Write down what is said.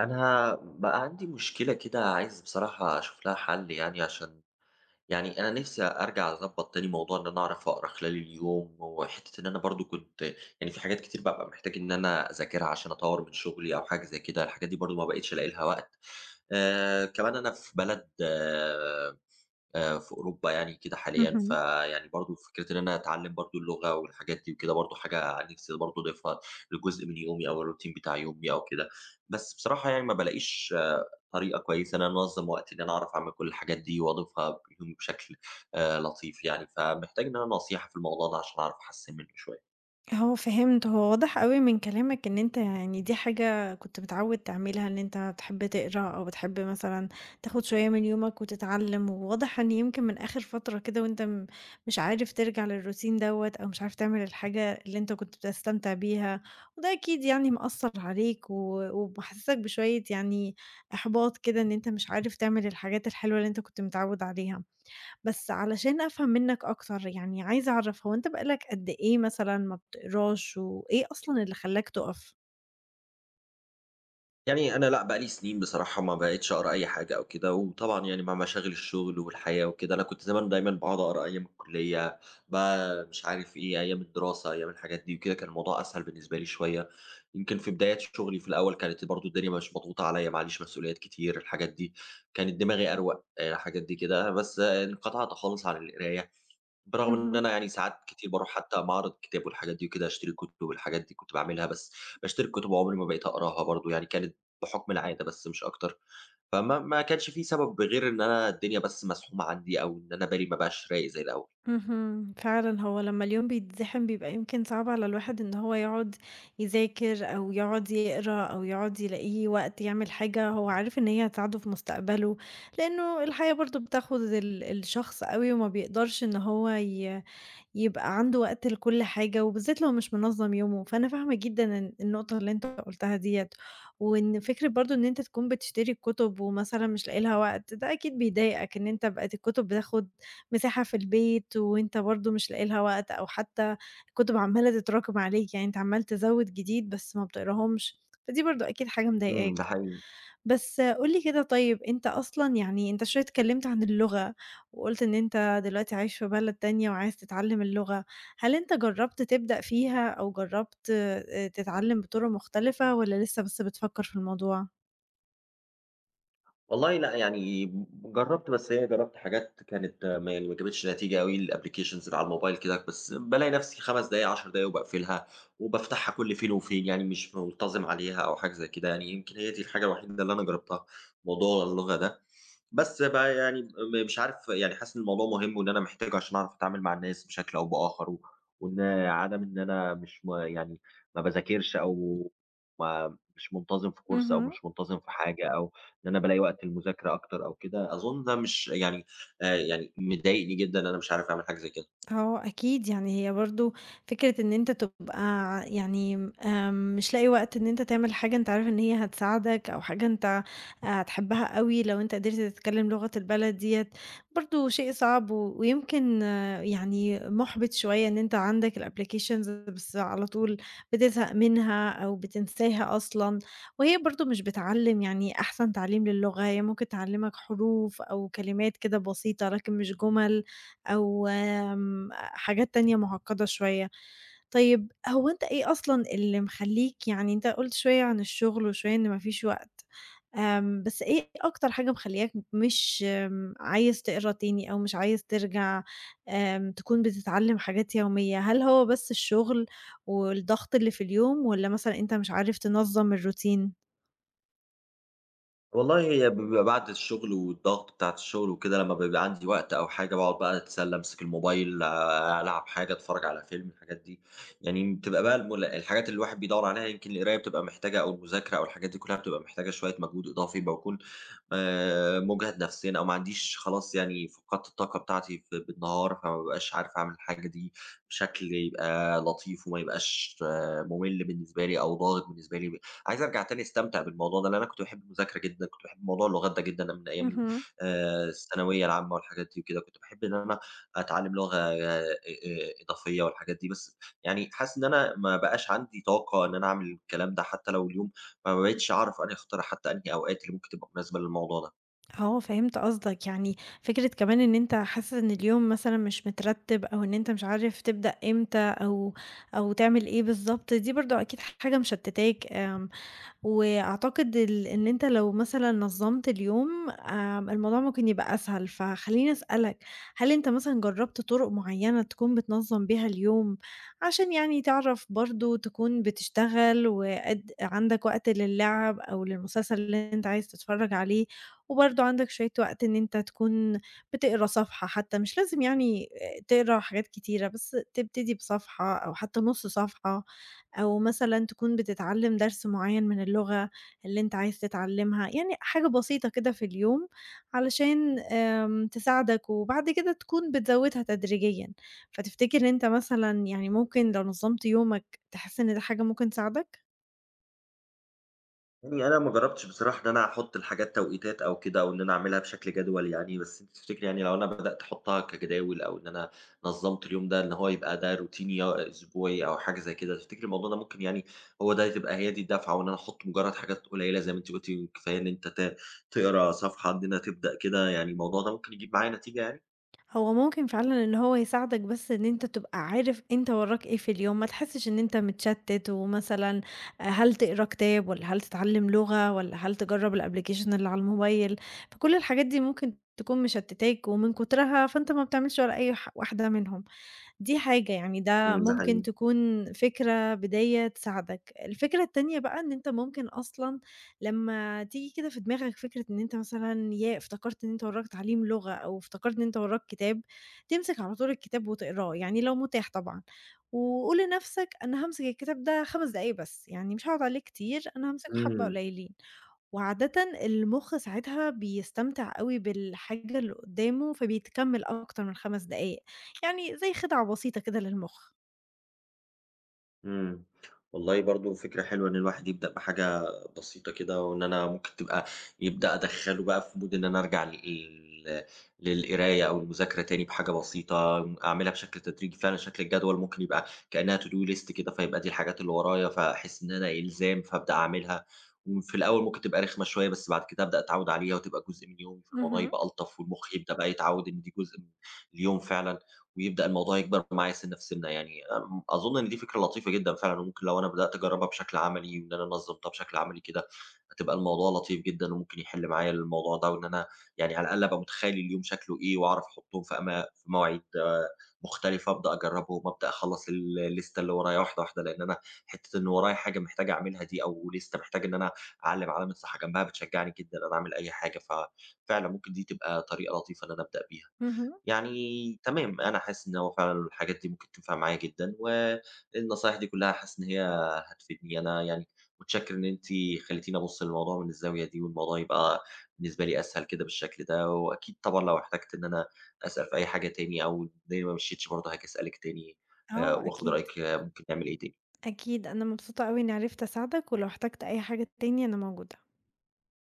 أنا بقى عندي مشكلة كده، عايز بصراحة أشوف لها حل يعني عشان يعني أنا نفسي أرجع أضبط تاني موضوع إن أنا أعرف أقرأ خلال اليوم، وحتة إن أنا برضو كنت يعني في حاجات كتير ببقى محتاج إن أنا أذاكرها عشان أطور من شغلي أو حاجة زي كده. الحاجات دي برضو ما بقتش ألاقي لها وقت. كمان أنا في بلد في أوروبا يعني كده حاليًا، اهم. فيعني برضه فكرة إن أنا أتعلّم برضه اللغة والحاجات دي وكده برضه حاجة نِفْسي برضه أضيفها لجزء من يومي أو الروتين بتاع يومي أو كده. بس بصراحة يعني ما بالاقيش طريقة كويسة إن أنا أنظّم وقتي إن أنا أعرف أعمل كل الحاجات دي وأضيفها بيهم بشكل لطيف يعني، فمحتاج إن أنا نصيحة في الموضوع ده عشان أعرف أحسّن منه شوية. آه فهمت، هو واضح أوي من كلامك إن أنت يعني دي حاجة كنت متعوّد تعملها، إن أنت بتحب تقرا أو بتحب مثلًا تاخد شوية من يومك وتتعلّم، وواضح إن يمكن من آخر فترة كده وأنت مش عارف ترجع للروتين دوّة أو مش عارف تعمل الحاجة اللي أنت كنت بتستمتع بيها، وده أكيد يعني مأثّر عليك ومحسّسك بشوية يعني إحباط كده إن أنت مش عارف تعمل الحاجات الحلوة اللي أنت كنت متعوّد عليها. بس علشان أفهم منّك أكتر، يعني عايزة أعرف هو أنت بقى لك قد إيه مثلًا ما بتقراش، وإيه أصلًا اللي خلّاك تُقف؟ يعني أنا لأ، بقى لي سنين بصراحة ما بقيتش أقرا أي حاجة أو كده، وطبعًا يعني مع مشاغل الشغل والحياة وكده، أنا كنت زمان دايمًا باقعد أقرا أيام الكلية، بقى مش عارف إيه، أيام الدراسة، أيام الحاجات دي وكده، كان الموضوع أسهل بالنسبة لي شوية. يمكن في بدايات شغلي في الأول كانت برضه الدنيا مش مضغوطة عليّا، ما عليش مسؤوليات كتير، الحاجات دي، كانت دماغي أروق، الحاجات دي كده، بس انقطعت خالص عن القراية. برغم إن اهم. أنا يعني ساعات كتير باروح حتى معرض كتاب والحاجات دي وكده، أشتري كُتب والحاجات دي كنت باعملها، بس باشتري الكُتب وعمري ما بقيت أقراها برضه، يعني كانت بحُكم العادة بس مش أكتر. فما ما كانش في سبب غير إن أنا الدنيا بس مزحومة عندي أو إن أنا بالي ما بقاش رايق زي الأول. اهم، فعلًا هو لمّا اليوم بيتزحم بيبقى يمكن صعب على الواحد إن هو يقعد يذاكر، أو يقعد يقرا، أو يقعد يلاقي وقت يعمل حاجة هو عارف إن هي هتساعده في مستقبله، لأنه الحياة برضه بتاخد الشخص أوي، وما بيقدرش إن هو يبقى عنده وقت لكل حاجة، وبالذات لو مش منظّم يومه، فأنا فاهمة جدًا النقطة اللي أنت قُلتها ديّة، وإن فكرة برضه إن أنت تكون بتشتري الكُتب ومثلًا مش لاقي لها وقت، ده أكيد بيضايقك إن أنت بقت الكُتب بتاخد مساحة في البيت، وأنت برضه مش لاقي لها وقت، أو حتى الكُتب عمّالة تتراكم عليك، يعني أنت عمّال تزوّد جديد بس ما بتقراهمش، فدي برضه أكيد حاجة إمم، ده مضايقاك. حقيقي. بس قُل لي كده طيب أنت أصلًا يعني أنت شوية اتكلّمت عن اللغة، وقُلت إن أنت دلوقتي عايش في بلد تانية وعايز تتعلّم اللغة، هل أنت جرّبت تبدأ فيها أو جرّبت تتعلّم بطُرق مختلفة والّا لسه بس بتفكّر في الموضوع؟ والله لأ، يعني جرّبت، بس هي جرّبت حاجات كانت ما يعني ما جابتش نتيجة أوي، الapplications اللي على الموبايل كده، بس بالاقي نفسي 5 دقايق، 10 دقايق وباقفلها، وبافتحها كل فين وفين، يعني مش منتظم عليها أو حاجة زي كده، يعني يمكن هي دي الحاجة الوحيدة اللي أنا جرّبتها، موضوع اللغة ده. بس بقى يعني مش عارف يعني حاسس إن الموضوع مهم وإن أنا محتاجه عشان أعرف أتعامل مع الناس بشكل أو بآخر، وإن عدم إن أنا مش يعني ما باذاكرش أو ما مش منتظم في كورس أو اهم. مش منتظم في حاجة أو إن أنا بالاقي وقت للمذاكرة أكتر أو كده، أظن ده مش يعني يعني مضايقني جدًا إن أنا مش عارف أعمل حاجة زي كده. آه أكيد، يعني هي برضه فكرة إن أنت تبقى ع يعني آمم، مش لاقي وقت إن أنت تعمل حاجة أنت عارف إن هي هتساعدك أو حاجة أنت آه، هتحبها أوي لو أنت قدرت تتكلم لغة البلد ديّة، برضه شيء صعب ويمكن آه، يعني مُحبِط شوية إن أنت عندك الapplications بس على طول بتزهق منها أو بتنساها أصلًا، وهي برضه مش بتعلّم يعني أحسن تعليم للغة، هي ممكن تعلّمك حروف أو كلمات كده بسيطة لكن مش جُمل أو حاجات تانية معقدة شوية. طيب هو أنت إيه أصلًا اللي مخلّيك يعني أنت قُلت شوية عن الشغل وشوية إن ما فيش وقت، بس إيه أكتر حاجة مخلّياك مش عايز تقرا تاني أو مش عايز ترجع تكون بتتعلم حاجات يومية؟ هل هو بس الشغل والضغط اللي في اليوم والّا مثلًا أنت مش عارف تنظم الروتين؟ والله هي بيبقى بعد الشغل والضغط بتاعة الشغل وكده لمّا بيبقى عندي وقت أو حاجة باقعد بقى أتسلى، أمسك الموبايل، ألعب حاجة، أتفرّج على فيلم، الحاجات دي. يعني بتبقى بقى الحاجات اللي الواحد بيدوّر عليها يمكن القراية بتبقى محتاجة أو المذاكرة أو الحاجات دي كُلّها بتبقى محتاجة شوية مجهود إضافي، باكون مُجهد نفسيًا أو ما عنديش خلاص يعني فقدت الطاقة بتاعتي في بالنهار، فما بابقاش عارف أعمل الحاجة دي بشكل يبقى لطيف وما يبقاش مُمِل بالنسبة لي أو ضاغط بالنسبة لي. عايز أرجع تاني أستمتع بالموضوع ده، لإن أنا كنت باحب المذاكرة جدًا، كنت باحب موضوع اللغات ده جدًا، أنا من أيام ال اهم. الثانوية العامة والحاجات دي وكده، كنت باحب إن أنا أتعلّم لغة إضافية والحاجات دي، بس يعني حاسس إن أنا ما بقاش عندي طاقة إن أنا أعمل الكلام ده، حتى لو اليوم فما بقيتش أعرف أنهي أختار حتى أنهي أوقات اللي ممكن تبقى مناسبة للموضوع ده. آه، فهمت قصدك، يعني فكرة كمان إن أنت حاسس إن اليوم مثلًا مش مترتِّب أو إن أنت مش عارف تبدأ إمتى أو تعمل إيه بالضبط، دي برضه أكيد حاجة مشتِّتاك وأعتقد ال إن أنت لو مثلًا نظّمت اليوم الموضوع ممكن يبقى أسهل، فخلّيني أسألك، هل أنت مثلًا جرّبت طُرق معيّنة تكون بتنظّم بيها اليوم، عشان يعني تعرف برضه تكون بتشتغل وقد عندك وقت للعب أو للمسلسل اللي أنت عايز تتفرّج عليه، وبرضه عندك شوية وقت إن أنت تكون بتقرا صفحة حتى، مش لازم يعني تقرا حاجات كتيرة، بس تبتدي بصفحة أو حتى نُص صفحة. أو مثلًا تكون بتتعلّم درس معيّن من اللغة اللي أنت عايز تتعلّمها، يعني حاجة بسيطة كده في اليوم علشان تساعدك وبعد كده تكون بتزوّدها تدريجيًا، فتفتكر أنت مثلًا يعني ممكن لو نظّمت يومك تحس إن ده حاجة ممكن تساعدك؟ يعني أنا ما جرّبتش بصراحة إن أنا أحُط للحاجات توقيتات أو كده أو إن أنا أعملها بشكل جدول يعني، بس أنتِ تفتكري يعني لو أنا بدأت أحُطّها كجداول أو إن أنا نظّمت اليوم ده إن هو يبقى ده روتيني يا أسبوعي أو حاجة زي كده، تفتكري الموضوع ده ممكن يعني هو ده تبقى هي دي الدفعة وإن أنا أحُط مجرّد حاجات قليلة زي ما أنتِ قُلتِ كفاية إن أنت تقرا صفحة عندنا تبدأ كده، يعني الموضوع ده ممكن يجيب معايا نتيجة يعني؟ هو ممكن فعلًا إن هو يساعدك بس إن أنت تبقى عارف أنت وراك إيه في اليوم، ما تحسّش إن أنت متشتت ومثلًا آه، هل تقرا كتاب والّا هل تتعلّم لغة والّا هل تجرّب الapplication اللي على الموبايل، فكل الحاجات دي ممكن تكون مشتتاك ومن كترها فأنت ما بتعملش ولا أي واحدة منهم. دي حاجة، يعني ده إمم، ده ممكن حقيقي. تكون فكرة بداية تساعدك. الفكرة التانية بقى إن أنت ممكن أصلًا لمّا تيجي كده في دماغك فكرة إن أنت مثلًا ياه! افتكرت إن أنت وراك تعليم لغة أو افتكرت إن أنت وراك كتاب، تمسك على طول الكتاب وتقراه، يعني لو متاح طبعًا، وقُل لنفسك أنا هامسك الكتاب ده 5 دقايق بس، يعني مش هاقعد عليه كتير، أنا هامسكه حبّة إمم. قليلين. وعادةً المُخ ساعتها بيستمتع أوي بالحاجة اللي قدّامه، فبيتكمّل أكتر من 5 دقايق، يعني زي خدعة بسيطة كده للمُخ. إمم. والله برضه فكرة حلوة إن الواحد يبدأ بحاجة بسيطة كده، وإن أنا ممكن تبقى يبدأ أدخّله بقى في mood إن أنا أرجع للقراية أو المذاكرة تاني بحاجة بسيطة، أعملها بشكل تدريجي فعلًا شكل الجدول ممكن يبقى كأنها to do list كده، فيبقى دي الحاجات اللي ورايا، فأحس إن أنا إلزام فأبدأ أعملها، وفي الأول ممكن تبقى رخمة شوية، بس بعد كده أبدأ أتعوّد عليها وتبقى جزء من يومي، فالموضوع اهم، يبقى ألطف والمخ يبدأ بقى يتعوّد إن دي جزء من اليوم فعلًا. ويبدأ الموضوع يكبر معايا سِنّة في سِنّة يعني، أظن إن دي فكرة لطيفة جدًا فعلًا، وممكن لو أنا بدأت أجرّبها بشكل عملي وإن أنا نظّمتها بشكل عملي كده، هتبقى الموضوع لطيف جدًا وممكن يحِل معايا الموضوع ده، وإن أنا يعني على الأقل أبقى متخيّل اليوم شكله إيه وأعرف أحُطّهم في مواعيد مختلفة، أبدأ أجرّبهم، أبدأ أخلّص الليستة اللي ورايا واحدة، واحدة، لإن أنا حتّة إن ورايا حاجة محتاج أعملها دي أو ليستة محتاج إن أنا أعلّم علامة صح جنبها بتشجّعني جدًا إن أنا أعمل أي حاجة، ففعلًا ممكن دي تبقى طريقة لطيفة إن أنا أبدأ بيها. اهم. يعني تمام، أنا حاسس إن هو فعلًا الحاجات دي ممكن تنفع معايا جدًا، والنصايح دي كلّها حاسس إن هي هتفيدني. أنا يعني متشكر إن أنتِ خلّيتيني أبُص للموضوع من الزاوية دي، والموضوع يبقى بالنسبة لي أسهل كده بالشكل ده، وأكيد طبعًا لو احتجت إن أنا أسأل في أي حاجة تاني أو الدنيا ما مشيتش برضه هاجي أسألِك تاني آه وآخُد أكيد، رأيِك ممكن نعمل إيه تاني. أكيد أنا مبسوطة أوي إني عرفت أساعدك، ولو احتجت أي حاجة تاني أنا موجودة.